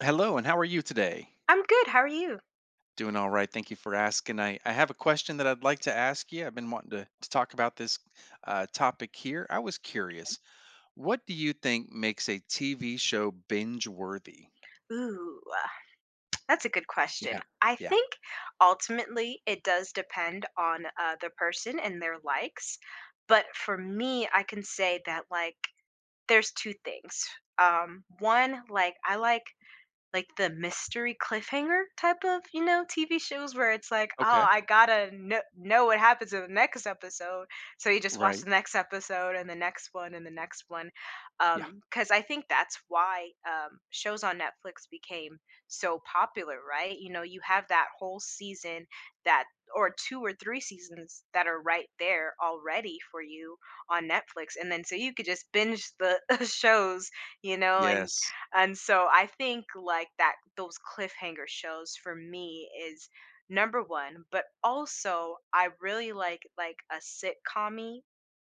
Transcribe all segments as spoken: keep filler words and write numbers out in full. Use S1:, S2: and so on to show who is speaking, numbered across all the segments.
S1: Hello, and how are you today?
S2: I'm good. How are you?
S1: Doing all right. Thank you for asking. I, I have a question that I'd like to ask you. I've been wanting to, to talk about this uh, topic here. I was curious, what do you think makes a T V show binge worthy?
S2: Ooh, that's a good question.
S1: Yeah.
S2: I
S1: Yeah.
S2: think ultimately it does depend on uh, the person and their likes. But for me, I can say that like there's two things. Um, one, like I like like the mystery cliffhanger type of, you know, T V shows where it's like, "Oh,
S1: Okay.
S2: I gotta kno know what happens in the next episode." So you just watch
S1: Right.
S2: the next episode and the next one and the next one.
S1: Yeah.
S2: because I think that's why, um, shows on Netflix became so popular, right? You know, you have that whole season that or two or three seasons that are right there already for you on Netflix, and then so you could just binge the shows, you know, and
S1: Yes.
S2: and so I think like that those cliffhanger shows for me is number one, but also I really like like a sitcom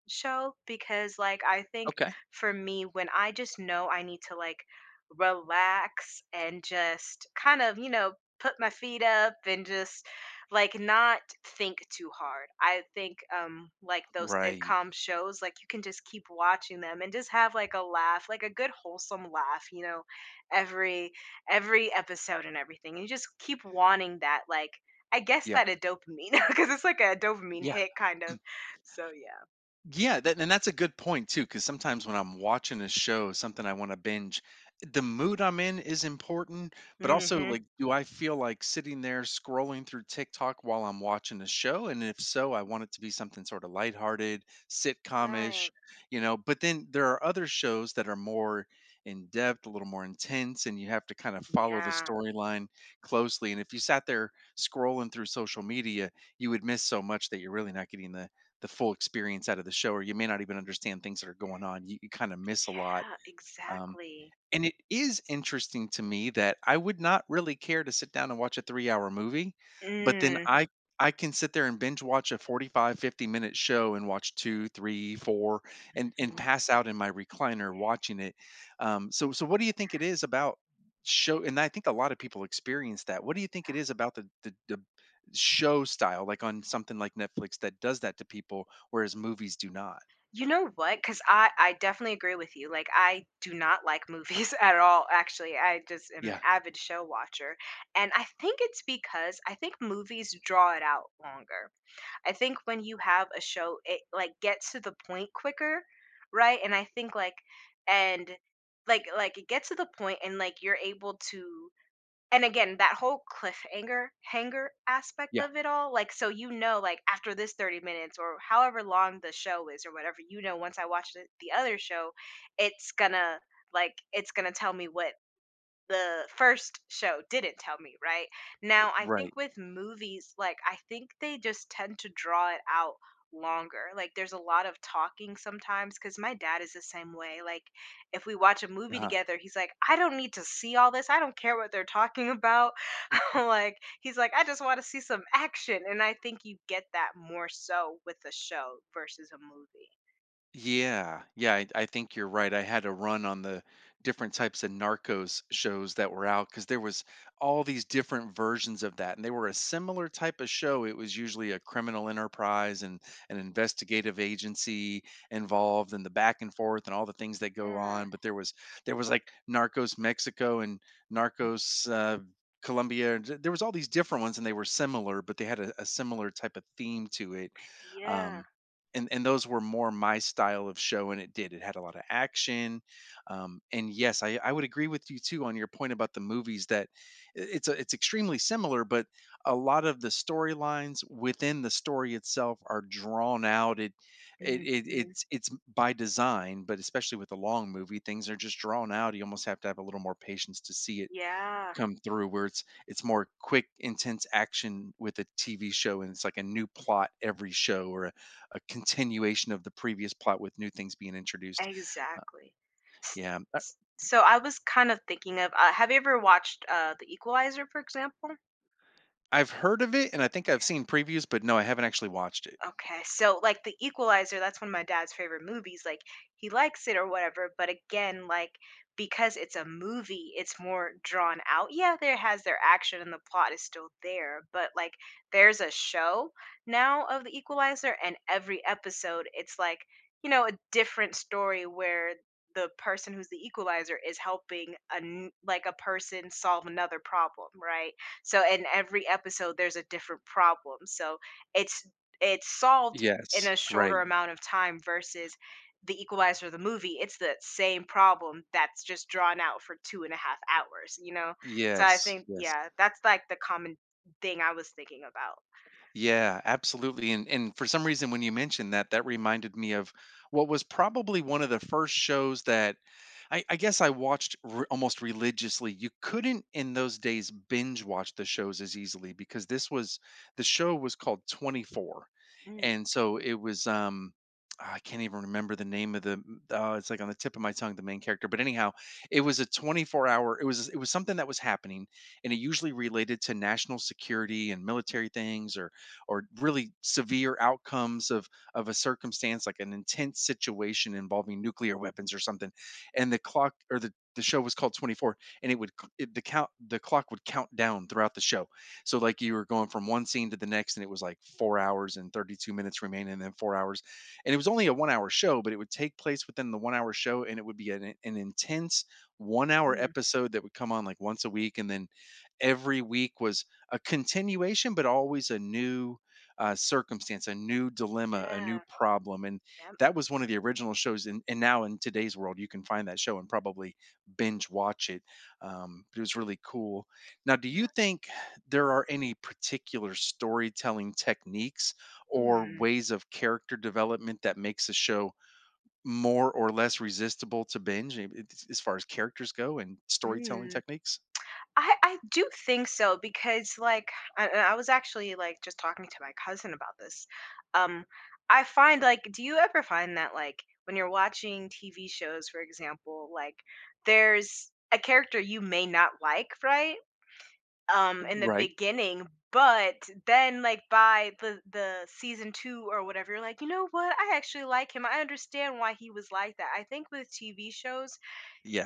S2: show because like I think
S1: Okay.
S2: for me when I just know I need to like relax and just kind of, you know, put my feet up and just like not think too hard. I think um like those
S1: Right.
S2: sitcom shows like you can just keep watching them and just have like a laugh, like a good wholesome laugh, you know, every every episode and everything. And you just keep wanting that like I guess
S1: Yeah.
S2: that a dopamine because it's like a dopamine
S1: Yeah.
S2: hit kind of. So yeah.
S1: Yeah, that, and that's a good point too, because sometimes when I'm watching a show, something I want to binge, the mood I'm in is important, but also
S2: Mhm.
S1: like, do I feel like sitting there scrolling through TikTok while I'm watching a show? And if so, I want it to be something sort of lighthearted,
S2: Right.
S1: sitcom-ish, you know. But then there are other shows that are more in depth, a little more intense, and you have to kind of follow the
S2: Yeah.
S1: storyline closely. And if you sat there scrolling through social media, you would miss so much that you're really not getting the the full experience out of the show, or you may not even understand things that are going on. You, you kind of miss a lot.
S2: Yeah,
S1: Um,
S2: exactly.
S1: and it is interesting to me that I would not really care to sit down and watch a three-hour movie, but then
S2: Mhm.
S1: I I can sit there and binge watch a forty-five, fifty minute show and watch two, three, four, and and pass out in my recliner watching it. Um, so so what do you think it is about show, and I think a lot of people experience that. What do you think it is about the the the show style, like on something like Netflix, that does that to people, whereas movies do not?
S2: You know what? Cause I I definitely agree with you. Like, I do not like movies at all, actually. I just am an
S1: Yeah.
S2: avid show watcher, and I think it's because I think movies draw it out longer. I think when you have a show, it, like, gets to the point quicker, right? And I think, like and, like like, it gets to the point and, like, you're able to and again, that whole cliffhanger hanger aspect
S1: Yeah.
S2: of it all, like so you know, like after this thirty minutes or however long the show is or whatever, you know, once I watch the, the other show, it's gonna like it's gonna tell me what the first show didn't tell me, right? Now, I think
S1: Right.
S2: with movies, like, I think they just tend to draw it out longer. Like, there's a lot of talking sometimes because my dad is the same way. Like, if we watch a movie
S1: Uh-huh.
S2: together, he's like, I don't need to see all this. I don't care what they're talking about. Like, he's like, I just want to see some action. And I think you get that more so with a show versus a movie.
S1: Yeah, yeah, I, I think you're right. I had a run on the different types of Narcos shows that were out because there was all these different versions of that, and they were a similar type of show. It was usually a criminal enterprise and an investigative agency involved, and the back and forth and all the things that go
S2: Yeah.
S1: on. But there was there was like Narcos Mexico and Narcos uh, Colombia. and th- There was all these different ones, and they were similar, but they had a, a similar type of theme to it.
S2: Yeah.
S1: Um, and and those were more my style of show, and it did it had a lot of action, um, and yes, I, I would agree with you too on your point about the movies. That i- it's a, it's extremely similar, but a lot of the storylines within the story itself are drawn out it, it
S2: Hmm.
S1: it it's it's By design, but especially with a long movie, things are just drawn out. You almost have to have a little more patience to see it
S2: Yeah.
S1: come through, where it's it's more quick intense action with a TV show, and it's like a new plot every show, or a, a continuation of the previous plot with new things being introduced. uh,
S2: Exactly. S
S1: yeah. I-
S2: s so I was kind of thinking of, uh, have you ever watched, uh, The Equalizer, for example?
S1: I've heard of it, and I think I've seen previews, but no, I haven't actually watched it.
S2: Okay, so like The Equalizer, that's one of my dad's favorite movies. Like he likes it or whatever, but again, like because it's a movie, it's more drawn out. Yeah, there has their action and the plot is still there, but like there's a show now of The Equalizer and every episode it's like, you know, a different story where the person who's the equalizer is helping a n- like a person solve another problem, right? So in every episode there's a different problem. So it's it's solved in
S1: Yes,
S2: a shorter
S1: right.
S2: amount of time versus the equalizer the movie it's the same problem that's just drawn out for two and a half hours, you know. So I
S1: Yes.
S2: think,
S1: Yes.
S2: yeah, that's like the common thing I was thinking about.
S1: Yeah, absolutely. And and for some reason when you mentioned that, that reminded me of what was probably one of the first shows that I, I guess I watched re- almost religiously. You couldn't in those days binge watch the shows as easily, because this was the show was called twenty-four.
S2: Mm,
S1: And so it was um I can't even remember the name of the uh, it's like on the tip of my tongue, the main character, but anyhow, it was a twenty-four hour, it was it was something that was happening, and it usually related to national security and military things, or or really severe outcomes of of a circumstance, like an intense situation involving nuclear weapons or something, and the clock, or the the show was called twenty-four, and it would c- it, the count the clock would count down throughout the show. So like you were going from one scene to the next, and it was like four hours and thirty-two minutes remaining, and then four hours, and it was only a one hour show, but it would take place within the one hour show, and it would be an, an intense one hour
S2: mm,
S1: episode that would come on like once a week, and then every week was a continuation, but always a new uh, circumstance, a new dilemma, a new
S2: yeah,
S1: problem. And
S2: yep,
S1: That was one of the original shows. And, and now in today's world, you can find that show and probably binge watch it. Um, but it was really cool. Now, do
S2: yeah,
S1: you think there are any particular storytelling techniques or
S2: mm,
S1: ways of character development that makes a show more or less resistible to binge, eh, it's- as far as characters go and storytelling
S2: mm, mm.
S1: techniques?
S2: I I do think so because like I, I was actually like just talking to my cousin about this. Um I find like do you ever find that like when you're watching T V shows for example like there's a character you may not like, right? Um in the
S1: Right.
S2: beginning, but then like by the the season two or whatever you're like, "You know what? I actually like him. I understand why he was like that." I think with T V shows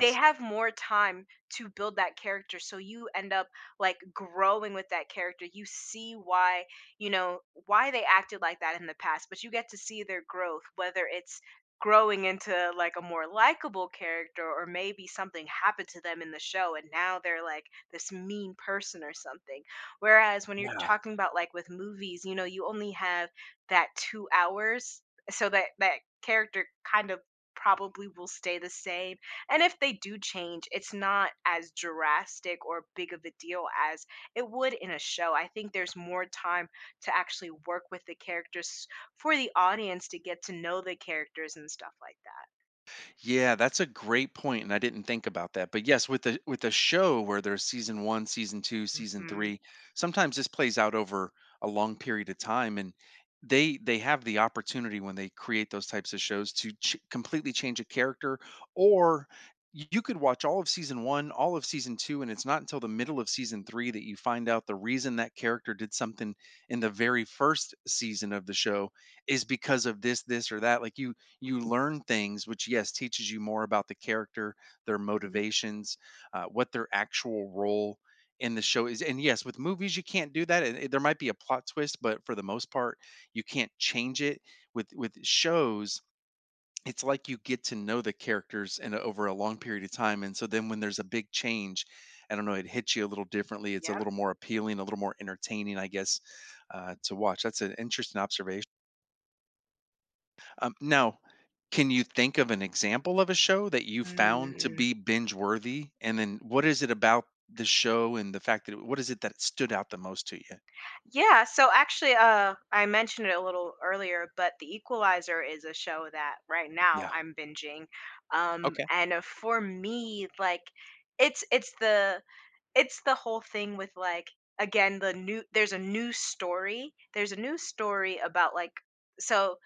S2: they have more time to build that character so you end up like growing with that character you see why you know why they acted like that in the past but you get to see their growth whether it's growing into like a more likable character or maybe something happened to them in the show and now they're like this mean person or something whereas when you're talking about like with movies you know you only have that two hours so that that character kind of probably will stay the same and if they do change, it's not as drastic or big of a deal as it would in a show. I think there's more time to actually work with the characters for the audience to get to know the characters and stuff like that.
S1: Yeah, that's a great point, and I didn't think about that. But yes, with the with a show where there's season one, season two, season
S2: Hmm.
S1: three, sometimes this plays out over a long period of time, and they they have the opportunity, when they create those types of shows, to ch- completely change a character, or you could watch all of season one, all of season two, and it's not until the middle of season three that you find out the reason that character did something in the very first season of the show is because of this, this, or that. Like you you learn things, which yes, teaches you more about the character, their motivations, uh, what their actual role in the show is. And yes, with movies you can't do that, and eh, there might be a plot twist, but for the most part, you can't change it. With with shows, it's like you get to know the characters, and over a long period of time, and so then when there's a big change, I don't know, it hits you a little differently. It's a
S2: Yeah.
S1: little more appealing, a little more entertaining, I guess, uh, to watch. That's an interesting observation. Um, now, can you think of an example of a show that you found to
S2: Mm.
S1: be binge worthy? And then what is it about the show, and the fact that it, what is it that stood out the most to you?
S2: Yeah. So actually, uh, I mentioned it a little earlier, but The Equalizer is a show that right now
S1: Yeah.
S2: I'm binging, um,
S1: Okay.
S2: and uh, for me, like, it's it's the it's the whole thing with like again the new there's a new story there's a new story about like so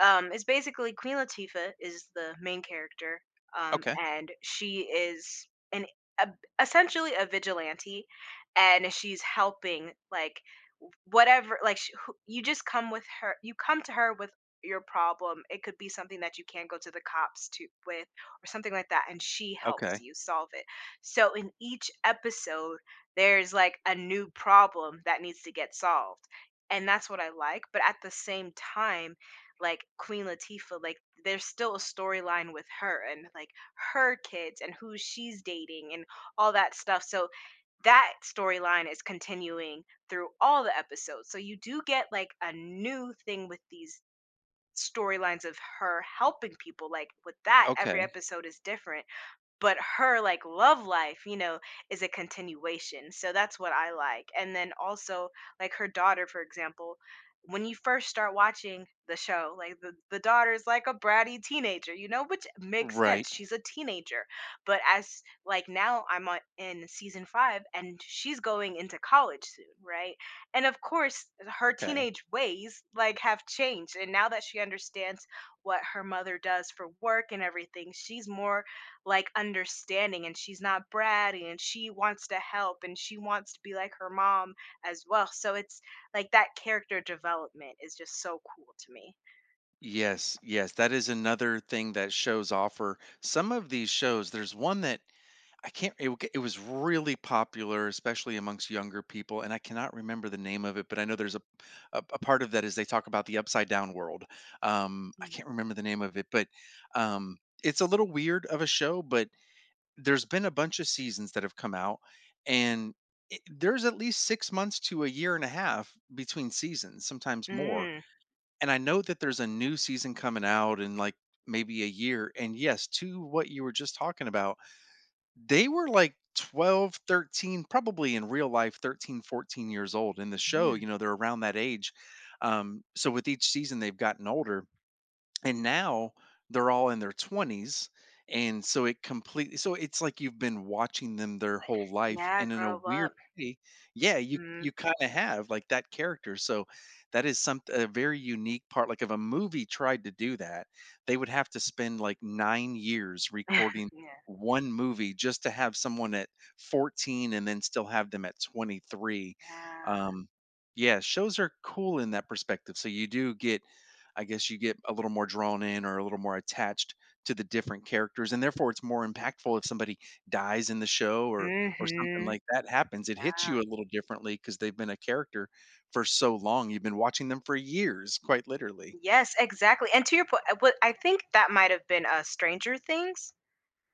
S2: um, is basically Queen Latifah is the main character, um,
S1: Okay.
S2: and she is an a, essentially a vigilante, and she's helping like whatever like sh- who- you just come with her you come to her with your problem it could be something that you can't go to the cops to with or something like that and she helps
S1: Okay.
S2: you solve it so in each episode there's like a new problem that needs to get solved and that's what I like but at the same time like Queen Latifah, like there's still a storyline with her and like her kids and who she's dating and all that stuff. So that storyline is continuing through all the episodes. So you do get like a new thing with these storylines of her helping people. Like with that, every
S1: Okay.
S2: episode is different but her like love life you know is a continuation so that's what I like and then also like her daughter for example when you first start watching the show like the, the daughter is like a bratty teenager you know which makes
S1: Right.
S2: sense she's a teenager but as like now I'm on, in season five and she's going into college soon right and of course her
S1: Okay.
S2: teenage ways like have changed and now that she understands what her mother does for work and everything she's more like understanding and she's not bratty and she wants to help and she wants to be like her mom as well. So it's like that character development is just so cool to me.
S1: Yes. Yes. That is another thing that shows offer. Some of these shows, there's one that I can't. It, w- it was really popular, especially amongst younger people, and I cannot remember the name of it. But I know there's a a, a part of that is they talk about the upside down world. Um, I
S2: Mm.
S1: can't remember the name of it, but um, it's a little weird of a show. But there's been a bunch of seasons that have come out, and it, there's at least six months to a year and a half between seasons, sometimes more.
S2: Mm,
S1: And I know that there's a new season coming out in like maybe a year. And yes, to what you were just talking about, they were like twelve, thirteen, probably in real life thirteen, fourteen years old. In the show,
S2: mm.
S1: you know, they're around that age. Um, so with each season, they've gotten older, and now they're all in their twenties, and so it completely, so it's like you've been watching them their whole life,
S2: Yeah,
S1: and in a
S2: grow
S1: weird
S2: up.
S1: way, yeah, you
S2: Mm.
S1: you kind of have like that character. So that is some a very unique part. Like if a movie tried to do that, they would have to spend like nine years
S2: Yeah.
S1: recording one movie just to have someone at fourteen, and then still have them at twenty-three.
S2: Yeah.
S1: um yeah, shows are cool in that perspective. So you do get, I guess you get a little more drawn in or a little more attached to the different characters, and therefore it's more impactful if somebody dies in the show, or or something
S2: Mm-hmm.
S1: like that happens. It hits
S2: Yeah.
S1: you a little differently because they've been a character for so long. You've been watching them for years, quite literally.
S2: Yes, exactly. And to your point, I I think that might have been a Stranger Things,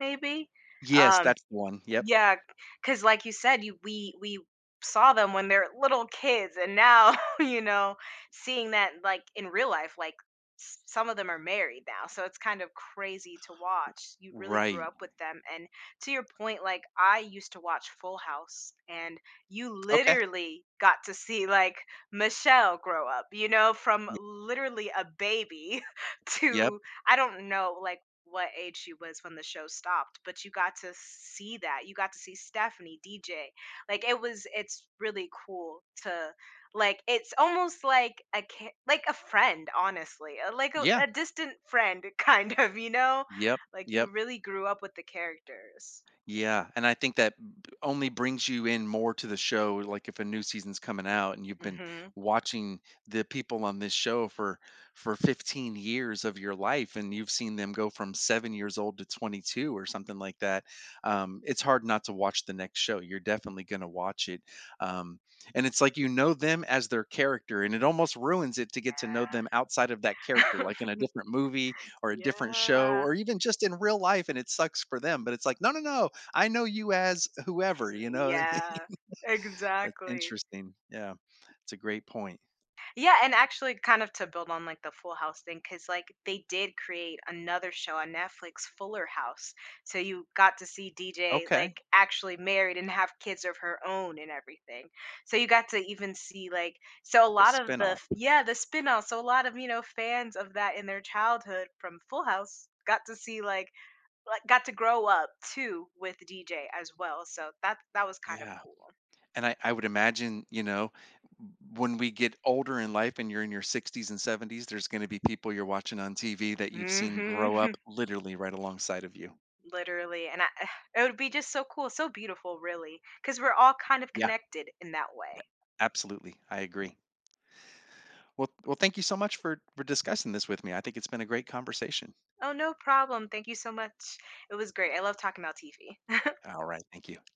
S2: maybe.
S1: Yes,
S2: Um,
S1: that's the one. Yep.
S2: Yeah, because like you said, you we we saw them when they're little kids, and now, you know, seeing that, like, in real life, like, s some of them are married now, so it's kind of crazy to watch. You really grew
S1: Right.
S2: up with them, and to your point, like, I used to watch Full House, and you
S1: Okay.
S2: literally got to see, like, Michelle grow up, you know, from
S1: Y-
S2: literally a baby
S1: Yep.
S2: to I don't know, like, what age she was when the show stopped but you got to see that you got to see Stephanie, DJ like it was it's really cool to like it's almost like a ki- like a friend honestly uh, like a,
S1: Yeah.
S2: a distant friend kind of you know
S1: Yep.
S2: like you
S1: Yep.
S2: really grew up with the characters.
S1: Yeah, and I think that b- only brings you in more to the show. Like if a new season's coming out and you've been
S2: Hmm.
S1: watching the people on this show for for fifteen years of your life, and you've seen them go from seven years old to twenty-two or something like that, um, it's hard not to watch the next show. You're definitely going to watch it, um, and it's like you know them as their character, and it almost ruins it to get to know them
S2: Yeah.
S1: outside of that character, like in a different movie, or a different show,
S2: Yeah.
S1: or even just in real life. And it sucks for them, but it's like no, no, no, I know you as whoever, you know what I mean?
S2: Yeah,
S1: That's
S2: exactly.
S1: interesting. Yeah. It's a great point.
S2: Yeah, and actually, kind of to build on like the Full House thing, because like they did create another show on Netflix, Fuller House. So you got to see D J
S1: Okay. Like
S2: like actually married and have kids of her own and everything. So you got to even see like, so a
S1: a
S2: lot of the,
S1: spinoff.
S2: yeah, the spin off. So a lot of, you know, fans of that in their childhood from Full House got to see like, like, got to grow up too with D J as well. So that that was kind of
S1: Yeah.
S2: cool.
S1: And I, I would imagine, you know, when we get older in life and you're in your sixties and seventies, there's going to be people you're watching on T V that you've seen
S2: Hmm.
S1: grow up literally right alongside of you.
S2: Literally, and I it would be just so cool, so beautiful, really, because we're all kind of
S1: Yeah,
S2: connected in that way.
S1: absolutely. I agree. Well, well, thank you so much for for discussing this with me. I think it's been a great conversation.
S2: Oh, no problem. Thank you so much. It was great. I love talking about T V.
S1: All right, thank you.